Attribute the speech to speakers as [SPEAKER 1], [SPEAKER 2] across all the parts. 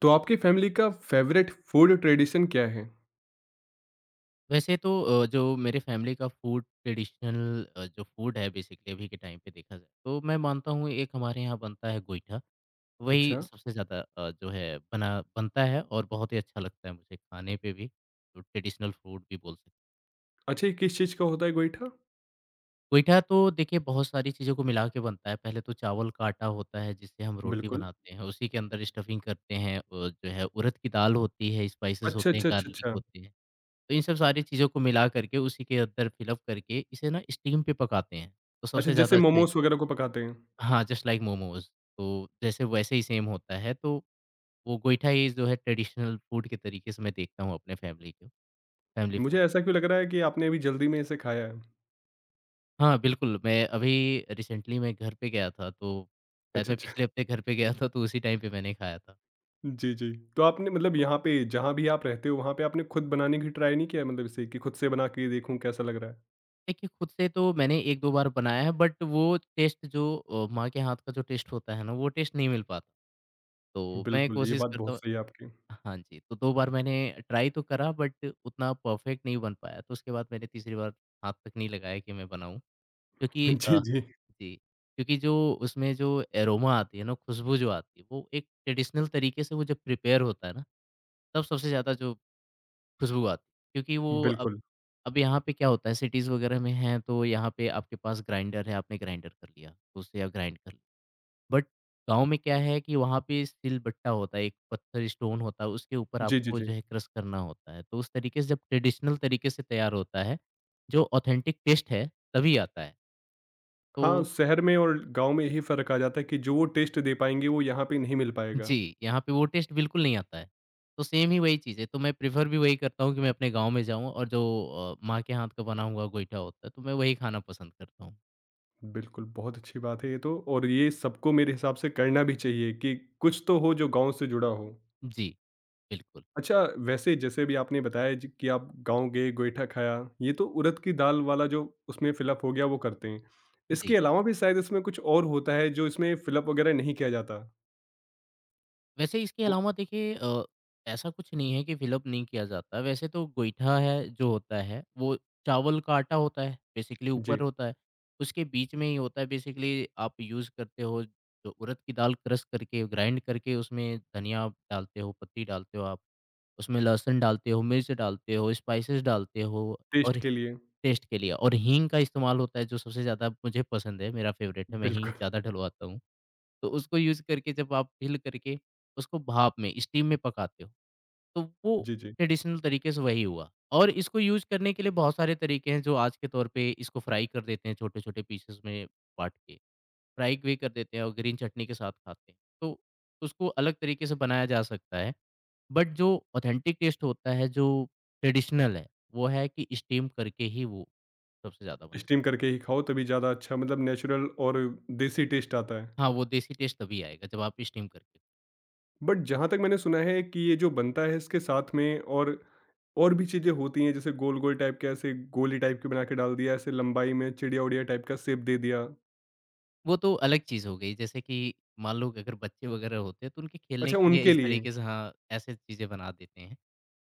[SPEAKER 1] तो आपकी फैमिली का फ़ेवरेट फूड ट्रेडिशन क्या है?
[SPEAKER 2] वैसे तो जो मेरे फैमिली का फूड ट्रेडिशनल जो फूड है बेसिकली अभी के टाइम पे देखा जाए तो मैं मानता हूँ एक हमारे यहाँ बनता है गोईठा वही
[SPEAKER 1] अच्छा।
[SPEAKER 2] सबसे ज़्यादा जो है बना बनता है और बहुत ही अच्छा लगता है मुझे खाने पे भी तो ट्रेडिशनल फूड भी बोल सकते हैं।
[SPEAKER 1] अच्छा, ये किस चीज़ का होता है गोईठा?
[SPEAKER 2] गोईठा तो देखिए बहुत सारी चीज़ों को मिला के बनता है पहले तो चावल का आटा होता है जिससे हम रोटी
[SPEAKER 1] बिल्कुल।
[SPEAKER 2] बनाते हैं उसी के अंदर स्टफिंग करते हैं जो है उड़द की दाल होती है स्पाइसेस
[SPEAKER 1] अच्छा,
[SPEAKER 2] होते हैं
[SPEAKER 1] अच्छा, अच्छा,
[SPEAKER 2] गार्लिक
[SPEAKER 1] अच्छा।
[SPEAKER 2] होते हैं तो इन सब सारी चीज़ों को मिला करके उसी के अंदर फिल अप करके इसे ना स्टीम पे पकाते हैं, तो
[SPEAKER 1] अच्छा,
[SPEAKER 2] सबसे ज़्यादा
[SPEAKER 1] जैसे
[SPEAKER 2] अच्छा है।
[SPEAKER 1] मोमोज़ वगैरह को पकाते हैं।
[SPEAKER 2] हाँ, जस्ट लाइक मोमोज़। तो जैसे वैसे ही सेम होता है, तो वो गोइठाई जो है ट्रेडिशनल फूड के तरीके से मैं देखता हूँ अपने फैमिली को फैमिली
[SPEAKER 1] मुझे
[SPEAKER 2] फूड।
[SPEAKER 1] ऐसा क्यों लग रहा है कि आपने अभी जल्दी में इसे खाया है?
[SPEAKER 2] हाँ, बिल्कुल, मैं अभी रिसेंटली मैं घर पे गया था, तो शायद
[SPEAKER 1] अच्छा,
[SPEAKER 2] मैं
[SPEAKER 1] अच्छा।
[SPEAKER 2] पिछले हफ्ते घर पे गया था, तो उसी टाइम पे मैंने खाया था।
[SPEAKER 1] जी, जी। तो आपने मतलब यहाँ पे जहाँ भी आप रहते हो, वहाँ पे आपने खुद बनाने की ट्राई नहीं किया है मतलब इसे कि खुद से बना के देखूँ कैसा लग रहा
[SPEAKER 2] देखिए, खुद से तो मैंने 1-2 बार बनाया है, बट वो टेस्ट जो माँ के हाथ का जो टेस्ट होता है ना, वो टेस्ट नहीं मिल पाता,
[SPEAKER 1] है?
[SPEAKER 2] तो मैं
[SPEAKER 1] बिल्कुल, ये
[SPEAKER 2] कोशिश
[SPEAKER 1] बात
[SPEAKER 2] करता
[SPEAKER 1] बहुत
[SPEAKER 2] हूँ।
[SPEAKER 1] सही है आपकी।
[SPEAKER 2] हाँ जी, तो 2 बार मैंने ट्राई तो करा बट उतना परफेक्ट नहीं बन पाया, तो उसके बाद मैंने तीसरी बार हाथ तक नहीं लगाया कि मैं बनाऊँ क्योंकि
[SPEAKER 1] जी, जी।
[SPEAKER 2] जी, क्योंकि जो उसमें जो एरोमा आती है ना, खुशबू जो आती है, वो एक ट्रेडिशनल तरीके से वो जब प्रिपेयर होता है ना, तब सबसे ज़्यादा जो खुशबू आती है क्योंकि वो
[SPEAKER 1] बिल्कुल।
[SPEAKER 2] अब यहाँ पे क्या होता है सिटीज़ वगैरह में हैं, तो यहाँ पे आपके पास ग्राइंडर है, आपने ग्राइंडर कर लिया, तो उससे आप ग्राइंड कर बट गाँव में क्या है कि वहाँ पे सिलबट्टा होता है, एक पत्थर स्टोन होता है, उसके ऊपर
[SPEAKER 1] जी, जी,
[SPEAKER 2] आपको जो
[SPEAKER 1] जी।
[SPEAKER 2] है क्रश करना होता है। तो उस तरीके से जब ट्रेडिशनल तरीके से तैयार होता है, जो ऑथेंटिक टेस्ट है, तभी आता है। तो
[SPEAKER 1] हाँ, शहर में और गाँव में यही फ़र्क आ जाता है कि जो वो टेस्ट दे पाएँगे, वो यहाँ पे नहीं मिल पाएगा।
[SPEAKER 2] जी, यहाँ पे वो टेस्ट बिल्कुल नहीं आता है। तो सेम ही वही चीज़ है, तो मैं प्रेफ़र भी वही करता हूँ कि मैं अपने गाँव में जाऊँ और जो माँ के हाथ का बना हुआ गोईठा होता है, तो मैं वही खाना पसंद करता हूँ।
[SPEAKER 1] बिल्कुल, बहुत अच्छी बात है ये तो। और ये सबको मेरे हिसाब से करना भी चाहिए कि कुछ तो हो जो गाँव से जुड़ा हो।
[SPEAKER 2] जी, बिल्कुल।
[SPEAKER 1] अच्छा, वैसे जैसे भी आपने बताया ज कि आप गाँव गए, गोईठा खाया, ये तो उड़द की दाल वाला जो उसमें फ़िलअप हो गया वो करते हैं। इसके
[SPEAKER 2] जी।
[SPEAKER 1] अलावा भी शायद इसमें कुछ और होता है जो इसमें फ़िलअप वगैरह नहीं किया जाता?
[SPEAKER 2] वैसे इसके
[SPEAKER 1] वो
[SPEAKER 2] अलावा देखिए ऐसा कुछ नहीं है कि फ़िलअप नहीं किया जाता। वैसे तो गोईठा है जो होता है वो चावल का आटा होता है बेसिकली ऊपर
[SPEAKER 1] जी,
[SPEAKER 2] होता है। उसके बीच में ही होता है बेसिकली आप यूज़ करते हो जो उड़द की दाल क्रश करके ग्राइंड करके उसमें धनिया डालते हो, पत्ती डालते हो आप, उसमें लहसुन डालते हो, मिर्च डालते हो, स्पाइसेस डालते हो
[SPEAKER 1] टेस्ट
[SPEAKER 2] और
[SPEAKER 1] के लिए।
[SPEAKER 2] टेस्ट के लिए और हींग का इस्तेमाल होता है जो सबसे ज़्यादा मुझे पसंद है, मेरा फ़ेवरेट है, मैं हींग
[SPEAKER 1] बिल्कुल,
[SPEAKER 2] ज़्यादा डलवाता हूँ। तो उसको यूज़ करके जब आप ढील करके उसको भाप में, स्टीम में पकाते हो, तो वो
[SPEAKER 1] जी, जी।
[SPEAKER 2] ट्रेडिशनल तरीके से वही हुआ। और इसको यूज़ करने के लिए बहुत सारे तरीके हैं जो आज के तौर पे इसको फ्राई कर देते हैं छोटे-छोटे पीसेस में बाँट के। फ्राई भी कर देते हैं और ग्रीन चटनी के साथ खाते हैं। तो उसको अलग तरीके से बनाया जा सकता है। बट जो ऑथेंटिक टेस्ट होता है, जो ट्रेडिशनल है, वो है कि स्टीम करके ही वो सबसे ज़्यादा बन
[SPEAKER 1] स्टीम करके ही खाओ तभी ज़्यादा अच्छा मतलब नेचुरल और देसी टेस्ट आता है।
[SPEAKER 2] हाँ, वो देसी टेस्ट तभी आएगा जब आप स्टीम करके
[SPEAKER 1] बट जहाँ तक मैंने सुना है कि ये जो बनता है इसके साथ में और भी चीज़ें होती हैं, जैसे गोल गोल टाइप के, ऐसे गोली टाइप के बना के डाल दिया, ऐसे लंबाई में चिड़िया उड़िया टाइप का शेप दे दिया।
[SPEAKER 2] वो तो अलग चीज़ हो गई, जैसे कि मान लो कि अगर बच्चे वगैरह होते हैं, तो उनके खेलने
[SPEAKER 1] अच्छा,
[SPEAKER 2] के लिए
[SPEAKER 1] उनके
[SPEAKER 2] इस
[SPEAKER 1] लिए।
[SPEAKER 2] तरीके से हाँ, ऐसे चीज़ें बना देते हैं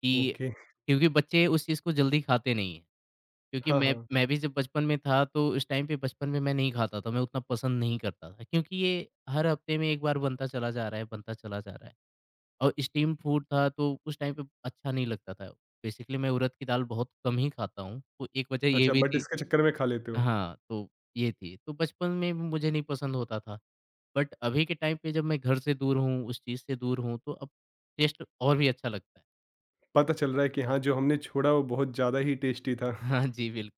[SPEAKER 2] कि
[SPEAKER 1] ओके।
[SPEAKER 2] क्योंकि बच्चे उस चीज़ को जल्दी खाते नहीं हैं। क्योंकि
[SPEAKER 1] हाँ,
[SPEAKER 2] मैं
[SPEAKER 1] हाँ।
[SPEAKER 2] मैं भी जब बचपन में था, तो उस टाइम पे बचपन में मैं नहीं खाता था, मैं उतना पसंद नहीं करता था, क्योंकि ये हर हफ्ते में एक बार बनता चला जा रहा है, बनता चला जा रहा है और स्टीम फूड था, तो उस टाइम पे अच्छा नहीं लगता था। बेसिकली मैं उड़द की दाल बहुत कम ही खाता हूँ, तो एक वजह ये
[SPEAKER 1] अच्छा,
[SPEAKER 2] भी
[SPEAKER 1] बट
[SPEAKER 2] थी।
[SPEAKER 1] इसके चक्कर में खा लेते हो।
[SPEAKER 2] हाँ, तो ये थी। तो बचपन में मुझे नहीं पसंद होता था, बट अभी के टाइम पे जब मैं घर से दूर हूँ, उस चीज़ से दूर हूँ, तो अब टेस्ट और भी अच्छा लगता है।
[SPEAKER 1] पता चल रहा है कि हाँ, जो हमने छोड़ा वो बहुत ज़्यादा ही टेस्टी था।
[SPEAKER 2] हाँ जी, बिल्कुल।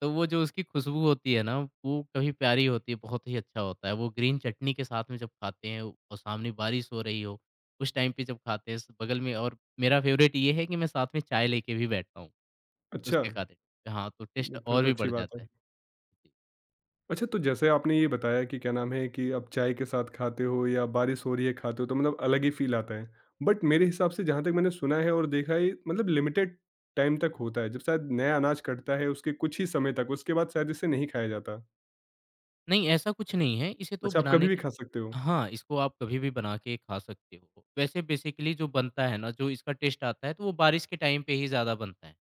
[SPEAKER 2] तो वो जो उसकी खुशबू होती है ना, वो कभी प्यारी होती है, बहुत ही अच्छा होता है। वो ग्रीन चटनी के साथ में जब खाते हैं और सामने बारिश हो रही हो, उस टाइम पे जब खाते हैं, स बगल में और मेरा फ़ेवरेट ये है कि मैं साथ में चाय लेके भी बैठता हूँ,
[SPEAKER 1] अच्छा,
[SPEAKER 2] उसके खाते। हाँ, तो टेस्ट
[SPEAKER 1] ये फिर
[SPEAKER 2] और
[SPEAKER 1] तो
[SPEAKER 2] भी
[SPEAKER 1] अच्छी
[SPEAKER 2] बढ़
[SPEAKER 1] बात
[SPEAKER 2] जाता
[SPEAKER 1] है।
[SPEAKER 2] है।
[SPEAKER 1] अच्छा, तो जैसे आपने ये बताया कि क्या नाम है कि आप चाय के साथ खाते हो या बारिश हो रही है खाते हो, तो मतलब अलग ही फील आता है। बट मेरे हिसाब से जहाँ तक मैंने सुना है और देखा है, ये मतलब लिमिटेड टाइम तक होता है जब शायद नया अनाज कटता है उसके कुछ ही समय तक, उसके बाद शायद इसे नहीं खाया जाता।
[SPEAKER 2] नहीं, ऐसा कुछ नहीं है, इसे तो
[SPEAKER 1] अच्छा, आप कभी
[SPEAKER 2] बनाने
[SPEAKER 1] भी
[SPEAKER 2] के
[SPEAKER 1] खा सकते हो।
[SPEAKER 2] हाँ, इसको आप कभी भी बना के खा सकते हो। वैसे बेसिकली जो बनता है ना, जो इसका टेस्ट आता है, तो वो बारिश के टाइम पे ही ज़्यादा बनता है।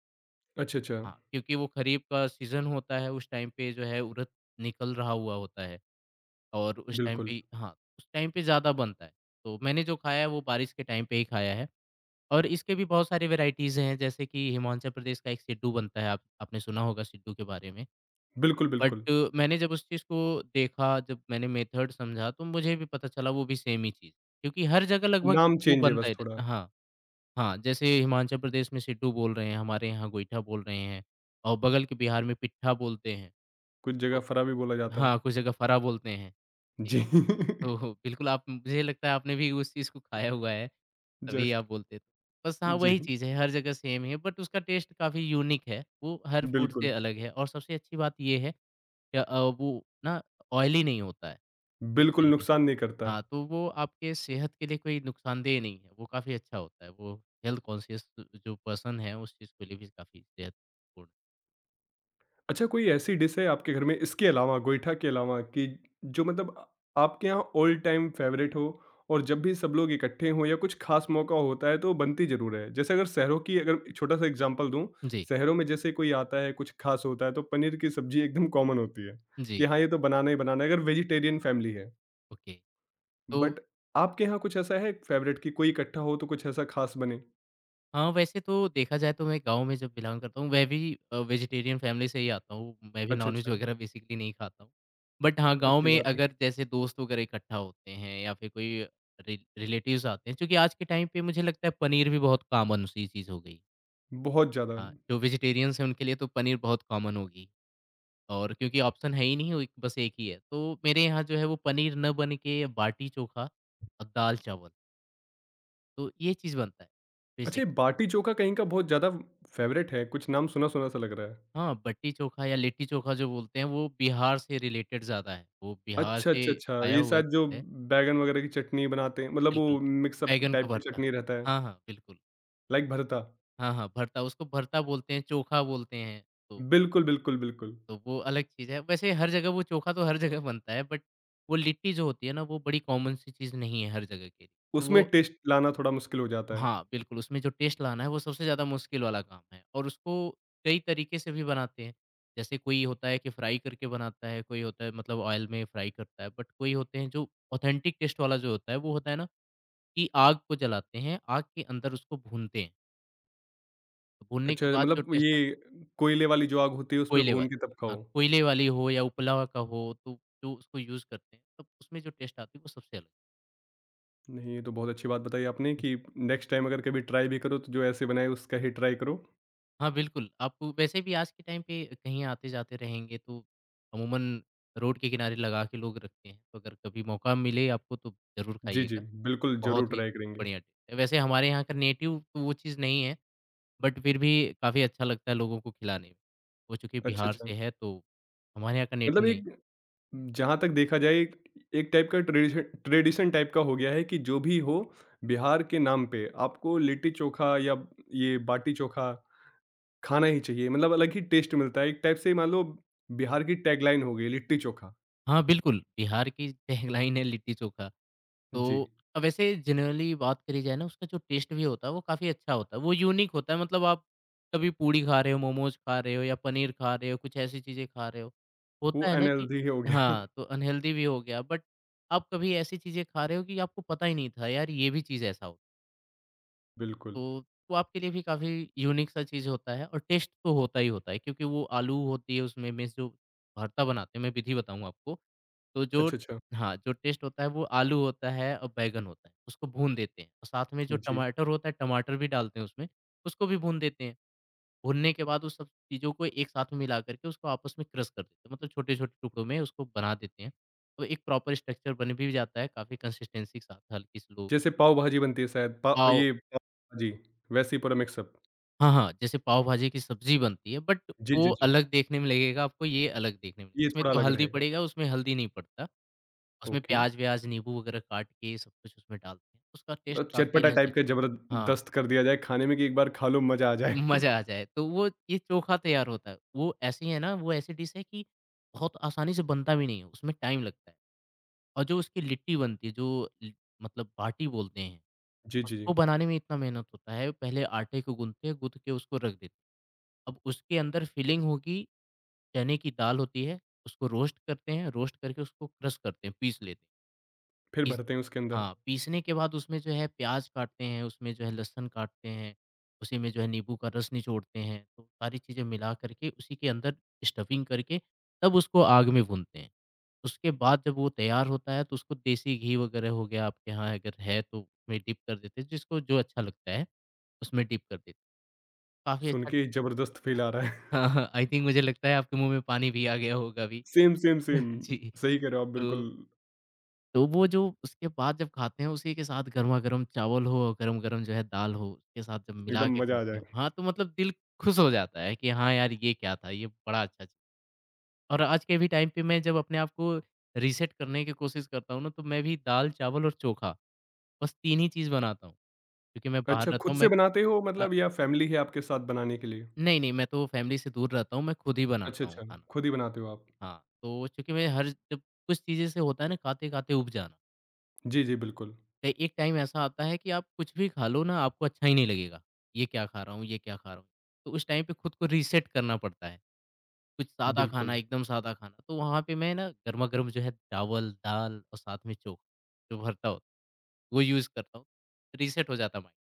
[SPEAKER 1] अच्छा, अच्छा।
[SPEAKER 2] हाँ, क्योंकि वो खरीफ का सीज़न होता है, उस टाइम पे जो है उड़द निकल रहा हुआ होता है और उस टाइम
[SPEAKER 1] बिल्कुल,
[SPEAKER 2] पे हाँ, उस टाइम पे ज़्यादा बनता है। तो मैंने जो खाया है, वो बारिश के टाइम पे ही खाया है और इसके भी बहुत सारी वैराइटीज़ हैं, जैसे कि हिमाचल प्रदेश का एक सिड्डू बनता है, आप आपने सुना होगा सिड्डू के बारे में।
[SPEAKER 1] बिल्कुल,
[SPEAKER 2] बट
[SPEAKER 1] बिल्कुल।
[SPEAKER 2] मैंने जब उस चीज़ को देखा, जब मैंने मेथड समझा तो मुझे भी पता चला वो भी सेम ही चीज़, क्योंकि हर जगह लगभग
[SPEAKER 1] नाम
[SPEAKER 2] वो
[SPEAKER 1] चेंज है
[SPEAKER 2] बनता
[SPEAKER 1] बस
[SPEAKER 2] ही
[SPEAKER 1] थोड़ा।
[SPEAKER 2] रहता है। हाँ, हाँ, जैसे हिमाचल प्रदेश में सिड्डू बोल रहे हैं, हमारे यहाँ गोईठा बोल रहे हैं और बगल के बिहार में पिट्ठा बोलते हैं।
[SPEAKER 1] कुछ जगह
[SPEAKER 2] तो
[SPEAKER 1] फरा भी बोला जाता है।
[SPEAKER 2] हाँ, कुछ जगह फरा बोलते हैं। जी,
[SPEAKER 1] जी।
[SPEAKER 2] तो बिल्कुल आप मुझे लगता है आपने भी उस चीज़ को खाया हुआ है, तभी
[SPEAKER 1] जस्ट
[SPEAKER 2] आप बोलते थे। बस हाँ,
[SPEAKER 1] जी।
[SPEAKER 2] वही चीज़ है, हर जगह सेम है बट उसका टेस्ट काफ़ी यूनिक है, वो हर फूड से
[SPEAKER 1] बिल्कुल।
[SPEAKER 2] अलग है और सबसे अच्छी बात ये है या वो ना ऑयली नहीं होता है, एक
[SPEAKER 1] बिल्कुल
[SPEAKER 2] तरीके से।
[SPEAKER 1] नुकसान नहीं करता।
[SPEAKER 2] हाँ, तो वो आपके सेहत के लिए कोई नुकसानदेह नहीं है, वो काफ़ी अच्छा होता है, वो हेल्थ कॉन्शियस जो पर्सन है, उस चीज़ के लिए भी काफ़ी सेहतपूर्ण
[SPEAKER 1] अच्छा, कोई ऐसी डिश है आपके घर में इसके अलावा, गोईठा के अलावा, कि जो मतलब आपके यहाँ ऑल टाइम फ़ेवरेट हो और जब भी सब लोग इकट्ठे हों या कुछ ख़ास मौका होता है, तो बनती ज़रूर है? जैसे अगर शहरों की अगर छोटा-सा एग्ज़ाम्पल दूँ,
[SPEAKER 2] जी,
[SPEAKER 1] शहरों में जैसे कोई आता है, कुछ ख़ास होता है, तो पनीर की सब्ज़ी एकदम कॉमन होती है कि
[SPEAKER 2] जी,
[SPEAKER 1] हाँ, ये तो बनाना ही बनाना है, अगर वेजिटेरियन फ़ैमिली है।
[SPEAKER 2] ओके। तो
[SPEAKER 1] बट आपके यहाँ कुछ ऐसा है फ़ेवरेट कि कोई इकट्ठा हो, तो कुछ ऐसा ख़ास बने?
[SPEAKER 2] हाँ, वैसे तो देखा जाए तो मैं गाँव में जब बिलॉन्ग करता हूँ, मैं भी वेजिटेरियन फैमिली से ही आता हूँ, मैं भी
[SPEAKER 1] अच्छा,
[SPEAKER 2] नॉन-वेज
[SPEAKER 1] अच्छा।
[SPEAKER 2] वगैरह बेसिकली नहीं खाता हूँ। बट हाँ, गाँव
[SPEAKER 1] अच्छी
[SPEAKER 2] में
[SPEAKER 1] बात है।
[SPEAKER 2] अगर जैसे दोस्त वगैरह इकट्ठा होते हैं या फिर कोई रि रिलेटिव्स आते हैं, क्योंकि आज के टाइम पे मुझे लगता है पनीर भी बहुत कॉमन सी चीज़ हो गई है।
[SPEAKER 1] बहुत ज़्यादा।
[SPEAKER 2] हाँ, जो वेजिटेरियंस हैं उनके लिए तो पनीर बहुत कॉमन होगी और क्योंकि ऑप्शन है ही नहीं वो एक बस एक ही है। तो मेरे यहाँ जो है वो पनीर न बन के बाटी चोखा और दाल-चावल तो ये चीज़ बनता है।
[SPEAKER 1] अच्छा,
[SPEAKER 2] बेसिक
[SPEAKER 1] ये बाटी चोखा कहीं का बहुत ज़्यादा फेवरेट है, कुछ नाम सुना-सुना सा लग रहा है।
[SPEAKER 2] हाँ, बट्टी चोखा या लिट्टी चोखा जो बोलते हैं वो बिहार से रिलेटेड ज़्यादा है। वो बिहार
[SPEAKER 1] अच्छा,
[SPEAKER 2] से
[SPEAKER 1] अच्छा, अच्छा,
[SPEAKER 2] आया
[SPEAKER 1] ये
[SPEAKER 2] हुआ
[SPEAKER 1] शायद जो
[SPEAKER 2] है
[SPEAKER 1] बैंगन वगैरह की चटनी बनाते हैं, मतलब
[SPEAKER 2] बिल्कुल,
[SPEAKER 1] वो मिक्सअप
[SPEAKER 2] बैंगन का
[SPEAKER 1] टाइप की
[SPEAKER 2] भरता।
[SPEAKER 1] चटनी रहता है,
[SPEAKER 2] हाँ, हाँ, बिल्कुल।
[SPEAKER 1] लाइक भरता।
[SPEAKER 2] हाँ, हाँ, भरता उसको भरता बोलते हैं, चोखा बोलते हैं, तो
[SPEAKER 1] बिल्कुल, बिल्कुल, बिल्कुल।
[SPEAKER 2] तो वो अलग चीज़ है। वैसे हर जगह वो चोखा तो हर जगह बनता है बट वो लिट्टी जो होती है ना वो बड़ी कॉमन सी चीज़ नहीं है हर जगह के। लिए। तो
[SPEAKER 1] उसमें
[SPEAKER 2] वो
[SPEAKER 1] टेस्ट लाना थोड़ा मुश्किल हो जाता है।
[SPEAKER 2] हाँ, बिल्कुल उसमें जो टेस्ट लाना है वो सबसे ज़्यादा मुश्किल वाला काम है और उसको कई तरीके से भी बनाते हैं। जैसे कोई होता है कि फ्राई करके बनाता है, कोई होता है मतलब ऑयल में फ्राई करता है बट कोई होते हैं जो ऑथेंटिक टेस्ट वाला जो होता है वो होता है ना कि आग को जलाते हैं, आग के अंदर उसको भूनते हैं। तो भूनने के
[SPEAKER 1] अच्छा,
[SPEAKER 2] बाद जो
[SPEAKER 1] मतलब
[SPEAKER 2] टेस्ट
[SPEAKER 1] ये कोयले वाली जो आग होती है उसपे
[SPEAKER 2] कोयले
[SPEAKER 1] भून
[SPEAKER 2] वाली
[SPEAKER 1] के तब
[SPEAKER 2] हाँ,
[SPEAKER 1] खाओ।
[SPEAKER 2] कोयले वाली हो या उपलावा का हो, तो जो उसको यूज़ करते हैं, तब उसमें जो टेस्ट आती है, वो सबसे अलग
[SPEAKER 1] नहीं, ये तो बहुत अच्छी बात बताई आपने
[SPEAKER 2] जी।
[SPEAKER 1] कि नेक्स्ट टाइम अगर कभी ट्राई भी करो तो जो ऐसे बनाए उसका ही ट्राई करो।
[SPEAKER 2] हाँ, बिल्कुल, आप वैसे भी आज के टाइम पे कहीं आते-जाते रहेंगे, तो अमूमन रोड के किनारे लगा के लोग रखते हैं, तो अगर कभी मौका मिले आपको, तो ज़रूर
[SPEAKER 1] जी, जी,
[SPEAKER 2] खाइएगा।
[SPEAKER 1] बिल्कुल ज़रूर
[SPEAKER 2] बहुत ही
[SPEAKER 1] ट्राई करेंगे।
[SPEAKER 2] बढ़िया टेस्ट है। वैसे हमारे यहाँ का नेटिव तो वो चीज़ नहीं है, बट फिर भी काफ़ी अच्छा लगता है लोगों को खिलाने में। वो चूँकि
[SPEAKER 1] अच्छा,
[SPEAKER 2] बिहार
[SPEAKER 1] अच्छा,
[SPEAKER 2] से है, तो हमारे यहाँ का
[SPEAKER 1] मतलब
[SPEAKER 2] नेटिव नहीं
[SPEAKER 1] एक जहाँ तक देखा जाए एक एक टाइप का ट्रेडिशन ट्रेडिशन टाइप का हो गया है कि जो भी हो बिहार के नाम पे आपको लिट्टी चोखा या ये बाटी चोखा खाना ही चाहिए, मतलब अलग ही टेस्ट मिलता है एक टाइप से। मान लो बिहार की टैगलाइन हो गई लिट्टी चोखा।
[SPEAKER 2] हाँ, बिल्कुल, बिहार की टैगलाइन है लिट्टी-चोखा।
[SPEAKER 1] जी।
[SPEAKER 2] तो वैसे जनरली बात करी जाए ना उसका जो टेस्ट भी होता है वो काफ़ी अच्छा होता है, वो यूनिक होता है मतलब आप कभी पूड़ी खा रहे हो, मोमोज़ खा रहे हो या पनीर खा रहे हो, कुछ ऐसी चीज़ें खा रहे हो।
[SPEAKER 1] वो
[SPEAKER 2] होता है ना कि
[SPEAKER 1] अनहेल्दी हो गया।
[SPEAKER 2] हाँ, तो अनहेल्दी भी हो गया बट आप कभी ऐसी चीज़ें खा रहे हो कि आपको पता ही नहीं था यार ये भी चीज़ ऐसा होता है।
[SPEAKER 1] बिल्कुल।
[SPEAKER 2] तो वो आपके लिए भी काफ़ी यूनिक सा चीज़ होता है और टेस्ट तो होता ही होता है क्योंकि वो आलू होती है उसमें मिस जो भरता बनाते हैं। मैं विधि बताऊँ आपको। तो जो
[SPEAKER 1] अच्छा, अच्छा।
[SPEAKER 2] हाँ, जो टेस्ट होता है वो आलू होता है और बैंगन होता है, उसको भून देते हैं और साथ में जो
[SPEAKER 1] जी।
[SPEAKER 2] टमाटर होता है टमाटर भी डालते हैं उसमें, उसको भी भून देते हैं। भूनने के बाद उस सब चीज़ों को एक साथ में मिला कर के उसको आपस में क्रश कर देते हैं, मतलब छोटे-छोटे टुकड़ों में उसको बना देते हैं। तो एक प्रॉपर स्ट्रक्चर बन भी जाता है काफ़ी कंसिस्टेंसी के साथ हल्की-सी लो
[SPEAKER 1] जैसे पाव भाजी बनती है शायद पा
[SPEAKER 2] पाव।
[SPEAKER 1] ये पाव भाजी, वैसे ही पूरा मिक्सअप।
[SPEAKER 2] हाँ, हाँ, जैसे पाव भाजी की सब्ज़ी बनती है बट
[SPEAKER 1] जी,
[SPEAKER 2] वो
[SPEAKER 1] जी, जी।
[SPEAKER 2] अलग देखने में लगेगा आपको, ये अलग देखने में,
[SPEAKER 1] ये
[SPEAKER 2] इसमें
[SPEAKER 1] थोड़ा
[SPEAKER 2] तो
[SPEAKER 1] अलग
[SPEAKER 2] हल्दी
[SPEAKER 1] रहेगा।
[SPEAKER 2] पड़ेगा, उसमें हल्दी नहीं पड़ता। उसमें
[SPEAKER 1] ओके।
[SPEAKER 2] प्याज़-व्याज़, नींबू वगैरह काट के सब कुछ उसमें डालते हैं। उसका टेस्ट
[SPEAKER 1] और
[SPEAKER 2] काफ़ी
[SPEAKER 1] चटपटा
[SPEAKER 2] इन्हेंस
[SPEAKER 1] टाइप
[SPEAKER 2] हो।
[SPEAKER 1] का
[SPEAKER 2] हाँ,
[SPEAKER 1] जबरदस्त कर दिया जाए खाने में कि एक बार खा लो मजा आ जाए।
[SPEAKER 2] मज़ा आ जाए। तो वो ये चोखा तैयार होता है। वो ऐसी है ना, वो ऐसी डिश है कि बहुत आसानी से बनता भी नहीं है, उसमें टाइम लगता है। और जो उसकी लिट्टी बनती है, जो लि मतलब बाटी बोलते हैं,
[SPEAKER 1] जी, जी, जी।
[SPEAKER 2] उसको बनाने में इतना मेहनत होता है। पहले आटे को गूँथते हैं, गूँथ के उसको रख देते हैं। अब उसके अंदर फिलिंग होगी, चने की दाल होती है, उसको रोस्ट करते हैं, रोस्ट करके उसको क्रश करते हैं, पीस लेते हैं।
[SPEAKER 1] फिर
[SPEAKER 2] पीस
[SPEAKER 1] भरते हैं उसके अंदर।
[SPEAKER 2] हाँ, पीसने के बाद उसमें जो है प्याज़ काटते हैं, उसमें जो है लहसुन काटते हैं, उसी में जो है नींबू का रस निचोड़ते हैं, तो सारी चीज़ें मिला करके उसी के अंदर स्टफिंग करके तब उसको आग में भूनते हैं। उसके बाद जब वो तैयार होता है तो उसको देसी घी वगैरह हो गया आपके यहाँ अगर है तो उसमें डिप कर देते हैं, जिसको जो अच्छा लगता है, उसमें डिप कर देते हैं। काफ़ी
[SPEAKER 1] सुन
[SPEAKER 2] अच्छा ट।
[SPEAKER 1] के ही ज़बरदस्त फ़ील आ रहा है।
[SPEAKER 2] हाँ, हाँ, आई थिंक मुझे लगता है आपके मुँह में पानी भी आ गया होगा अभी।
[SPEAKER 1] Same, same, same.
[SPEAKER 2] जी।
[SPEAKER 1] सही कह रहे हो आप बिल्कुल,
[SPEAKER 2] तो वो जो उसके बाद जब खाते हैं उसी के साथ गरमा-गरम चावल हो और गरम-गरम जो है दाल हो, उसके साथ जब मिला
[SPEAKER 1] एकदम
[SPEAKER 2] के
[SPEAKER 1] मज़ा आ
[SPEAKER 2] खाते
[SPEAKER 1] जाए।
[SPEAKER 2] हैं, हाँ, तो मतलब दिल खुश हो जाता है कि हाँ यार, ये क्या था? ये बड़ा अच्छा च। और आज के भी टाइम पे मैं जब अपने आप को रीसेट करने की कोशिश करता हूँ ना, तो मैं भी दाल, चावल और चोखा, बस 3 ही चीज़ बनाता हूँ, क्योंकि मैं बाहर
[SPEAKER 1] अच्छा,
[SPEAKER 2] रहता
[SPEAKER 1] खुद
[SPEAKER 2] हूँ, मैं
[SPEAKER 1] से बनाते हो
[SPEAKER 2] अ,
[SPEAKER 1] मतलब या फैमिली है आपके साथ बनाने के लिए?
[SPEAKER 2] नहीं, नहीं, मैं तो फैमिली से दूर रहता हूँ, मैं खुद ही
[SPEAKER 1] अच्छा,
[SPEAKER 2] बनाता हूँ
[SPEAKER 1] अच्छा।
[SPEAKER 2] खाना।
[SPEAKER 1] खुद ही बनाते हो आप।
[SPEAKER 2] हाँ, तो चूँकि मैं हर जब कुछ चीज़ें से होता है ना खाते-खाते ऊब जाना।
[SPEAKER 1] जी, जी, बिल्कुल।
[SPEAKER 2] ए एक टाइम ऐसा आता है कि आप कुछ भी खा लो ना, आपको अच्छा ही नहीं लगेगा। ये क्या खा रहा हूँ ये क्या खा रहा हूँ? तो उस टाइम पे खुद को रीसेट करना पड़ता है। कुछ सादा खाना,
[SPEAKER 1] बिल्कुल।
[SPEAKER 2] एकदम सादा खाना। तो वहाँ पे मैं ना गरमा-गरम जो है चावल, दाल और साथ में चोखा जो भरता होता है, वो यूज़ करता हूँ। रीसेट हो जाता है माइंड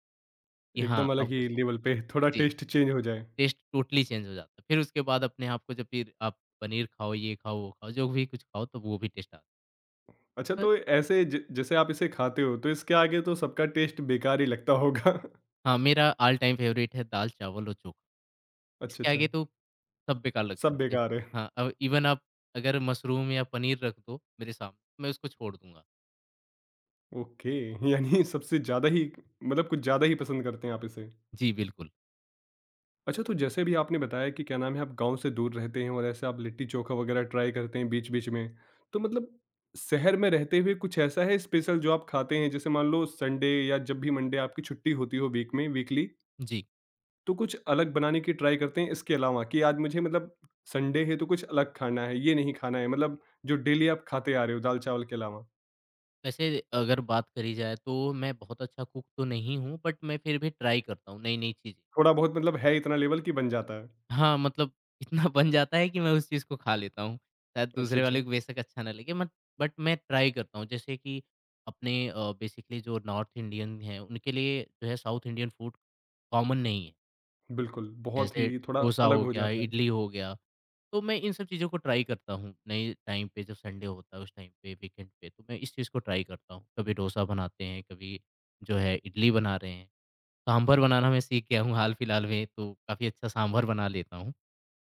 [SPEAKER 2] कि हाँ,
[SPEAKER 1] एकदम
[SPEAKER 2] अब
[SPEAKER 1] अलग ही
[SPEAKER 2] कुछ है।
[SPEAKER 1] लेवल पे थोड़ा
[SPEAKER 2] जी,
[SPEAKER 1] टेस्ट चेंज हो जाए।
[SPEAKER 2] टेस्ट टोटली चेंज हो जाता है। फिर उसके बाद अपने आप को जब फिर आप पनीर खाओ, ये खाओ, वो खाओ, जो भी कुछ खाओ तो वो भी टेस्ट आता
[SPEAKER 1] अच्छा,
[SPEAKER 2] है। तो
[SPEAKER 1] तो ऐसे ज जैसे आप इसे खाते हो, तो इसके आगे तो सबका टेस्ट बेकार ही लगता होगा।
[SPEAKER 2] हाँ, मेरा ऑल टाइम फ़ेवरेट है दाल, चावल और चोखा।
[SPEAKER 1] अच्छा,
[SPEAKER 2] इसके आगे
[SPEAKER 1] अच्छा।
[SPEAKER 2] तो सब बेकार लगता है
[SPEAKER 1] सब
[SPEAKER 2] मुझे।
[SPEAKER 1] बेकार है।
[SPEAKER 2] हाँ, अब इवन आप अगर मशरूम या पनीर रख दो मेरे सामने, मैं उसको छोड़ दूँगा।
[SPEAKER 1] ओके। यानी सबसे ज़्यादा ही मतलब कुछ ज़्यादा ही पसंद करते हैं आप इसे।
[SPEAKER 2] जी, बिल्कुल।
[SPEAKER 1] अच्छा, तो जैसे भी आपने बताया कि क्या नाम है, आप गाँव से दूर रहते हैं और ऐसे आप लिट्टी-चोखा वगैरह ट्राई करते हैं बीच-बीच में। तो मतलब शहर में रहते हुए कुछ ऐसा है स्पेशल जो आप खाते हैं? जैसे मान लो संडे या जब भी मंडे आपकी छुट्टी होती हो वीक में वीकली,
[SPEAKER 2] जी,
[SPEAKER 1] तो कुछ अलग बनाने की ट्राई करते हैं इसके अलावा कि आज मुझे मतलब संडे है तो कुछ अलग खाना है, ये नहीं खाना है। मतलब जो डेली आप खाते आ रहे हो दाल-चावल के अलावा।
[SPEAKER 2] वैसे अगर बात करी जाए तो मैं बहुत अच्छा कुक तो नहीं हूँ, बट मैं फिर भी ट्राई करता हूँ नई-नई चीज़ें।
[SPEAKER 1] थोड़ा बहुत मतलब है इतना लेवल कि बन जाता है।
[SPEAKER 2] हाँ, मतलब इतना बन जाता है कि मैं उस चीज़ को खा लेता हूँ। शायद
[SPEAKER 1] अच्छा,
[SPEAKER 2] दूसरे
[SPEAKER 1] अच्छा।
[SPEAKER 2] वाले को बेशक अच्छा ना लगे मत बट मैं ट्राई करता हूँ। जैसे कि अपने बेसिकली जो नॉर्थ इंडियन हैं, उनके लिए जो है साउथ इंडियन फूड कॉमन नहीं है।
[SPEAKER 1] बिल्कुल, बहुत
[SPEAKER 2] जैसे
[SPEAKER 1] ही थोड़ा
[SPEAKER 2] डोसा
[SPEAKER 1] अलग
[SPEAKER 2] हो
[SPEAKER 1] हो
[SPEAKER 2] गया,
[SPEAKER 1] जाता है।
[SPEAKER 2] इडली हो गया। तो मैं इन सब चीज़ों को ट्राई करता हूँ, नए टाइम पे जब संडे होता है उस टाइम पे वीकेंड पे तो मैं इस चीज़ को ट्राई करता हूँ। कभी डोसा बनाते हैं, कभी जो है इडली बना रहे हैं। सांभर बनाना मैं सीख गया हूँ हाल-फिलहाल में, तो काफ़ी अच्छा सांभर बना लेता हूँ।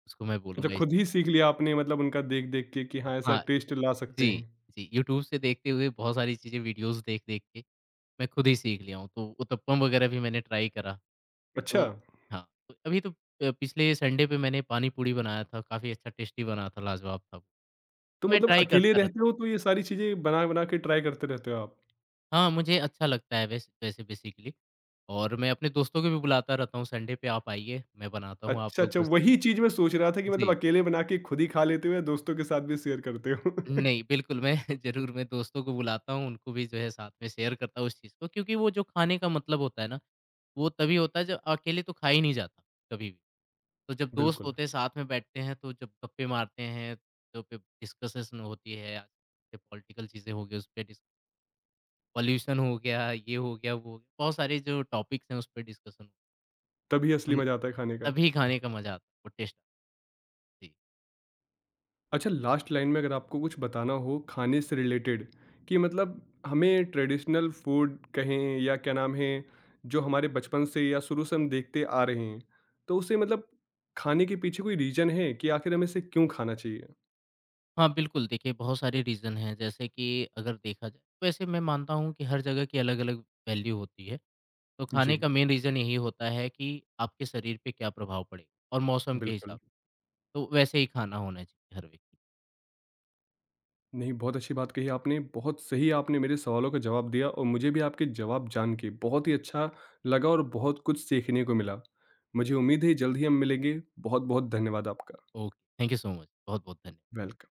[SPEAKER 2] उसको मैं
[SPEAKER 1] अच्छा,
[SPEAKER 2] बोलूँगा इस
[SPEAKER 1] खुद ही सीख लिया आपने मतलब उनका देख-देख के कि हाँ, ऐसा
[SPEAKER 2] हाँ,
[SPEAKER 1] टेस्ट ला सकते हैं।
[SPEAKER 2] जी, जी। यूट्यूब से देखते हुए बहुत सारी चीज़ें वीडियोज़ देख-देख के मैं खुद ही सीख लिया हूँ। तो उत्तपम वगैरह भी मैंने ट्राई करा।
[SPEAKER 1] अच्छा,
[SPEAKER 2] तो हाँ, तो अभी तो पिछले संडे पे मैंने पानी पूरी बनाया था, काफ़ी अच्छा टेस्टी बना था, लाजवाब था वो।
[SPEAKER 1] तो
[SPEAKER 2] तो मैं
[SPEAKER 1] मतलब
[SPEAKER 2] ट्राई
[SPEAKER 1] अकेले
[SPEAKER 2] करता
[SPEAKER 1] रहते
[SPEAKER 2] रहता हूँ।
[SPEAKER 1] हो तो ये सारी चीज़ें बना-बना के ट्राई करते रहते हो आप?
[SPEAKER 2] हाँ, मुझे अच्छा लगता है वैसे वैसे बेसिकली, और मैं अपने दोस्तों को भी बुलाता रहता हूँ, संडे पे आप आइए, मैं बनाता हूँ, आप
[SPEAKER 1] अच्छा,
[SPEAKER 2] लोग
[SPEAKER 1] अच्छा
[SPEAKER 2] बस
[SPEAKER 1] वही चीज़ मैं सोच रहा था कि मतलब
[SPEAKER 2] जी।
[SPEAKER 1] अकेले बना के खुद ही खा लेते हो या दोस्तों के साथ भी शेयर करते हो?
[SPEAKER 2] नहीं, बिल्कुल मैं ज़रूर मैं दोस्तों को बुलाता हूँ, उनको भी जो है साथ में शेयर करता हूँ उस चीज़ को, क्योंकि वो जो खाने का मतलब होता है ना, वो तभी होता है जब, अकेले तो खा ही नहीं जाता, कभी भी। तो जब दोस्त
[SPEAKER 1] बिल्कुल,
[SPEAKER 2] होते हैं, साथ में बैठते हैं, तो जब गप्पे मारते हैं, तो फिर डिस्कसेशन होती है, जैसे पॉलिटिकल चीज़ें हो गई, उस पे डिस पॉल्यूशन हो गया, ये हो गया, वो हो गया, बहुत सारे जो टॉपिक्स हैं, उस पे डिस्कशन
[SPEAKER 1] तभी असली मज़ा आता है खाने का।
[SPEAKER 2] तभी खाने का मज़ा आता है, वो टेस्ट। जी।
[SPEAKER 1] अच्छा, लास्ट लाइन में अगर आपको कुछ बताना हो खाने से रिलेटेड कि मतलब हमें ट्रेडिशनल फूड कहें या क्या नाम है जो हमारे बचपन से या शुरू से हम देखते आ रहे हैं, तो उसे मतलब खाने के पीछे कोई रीजन है कि आखिर हमें इसे क्यों खाना चाहिए?
[SPEAKER 2] हाँ, बिल्कुल देखिए बहुत सारे रीज़न हैं जैसे कि अगर देखा जाए, वैसे मैं मानता हूँ कि हर जगह की अलग-अलग वैल्यू होती है। तो
[SPEAKER 1] जी।
[SPEAKER 2] खाने का मेन रीज़न यही होता है कि आपके शरीर पे क्या प्रभाव पड़े और मौसम के हिसाब
[SPEAKER 1] बिल्कुल।
[SPEAKER 2] से, तो वैसे ही खाना होना चाहिए हर व्यक्ति
[SPEAKER 1] नहीं, बहुत अच्छी बात कही आपने, बहुत सही आपने मेरे सवालों का जवाब दिया और मुझे भी आपके जवाब जान के बहुत ही अच्छा लगा और बहुत कुछ सीखने को मिला। मुझे उम्मीद है जल्द ही हम मिलेंगे। बहुत बहुत धन्यवाद आपका।
[SPEAKER 2] को। Okay, thank you so much. बहुत-बहुत धन्य
[SPEAKER 1] वेलकम।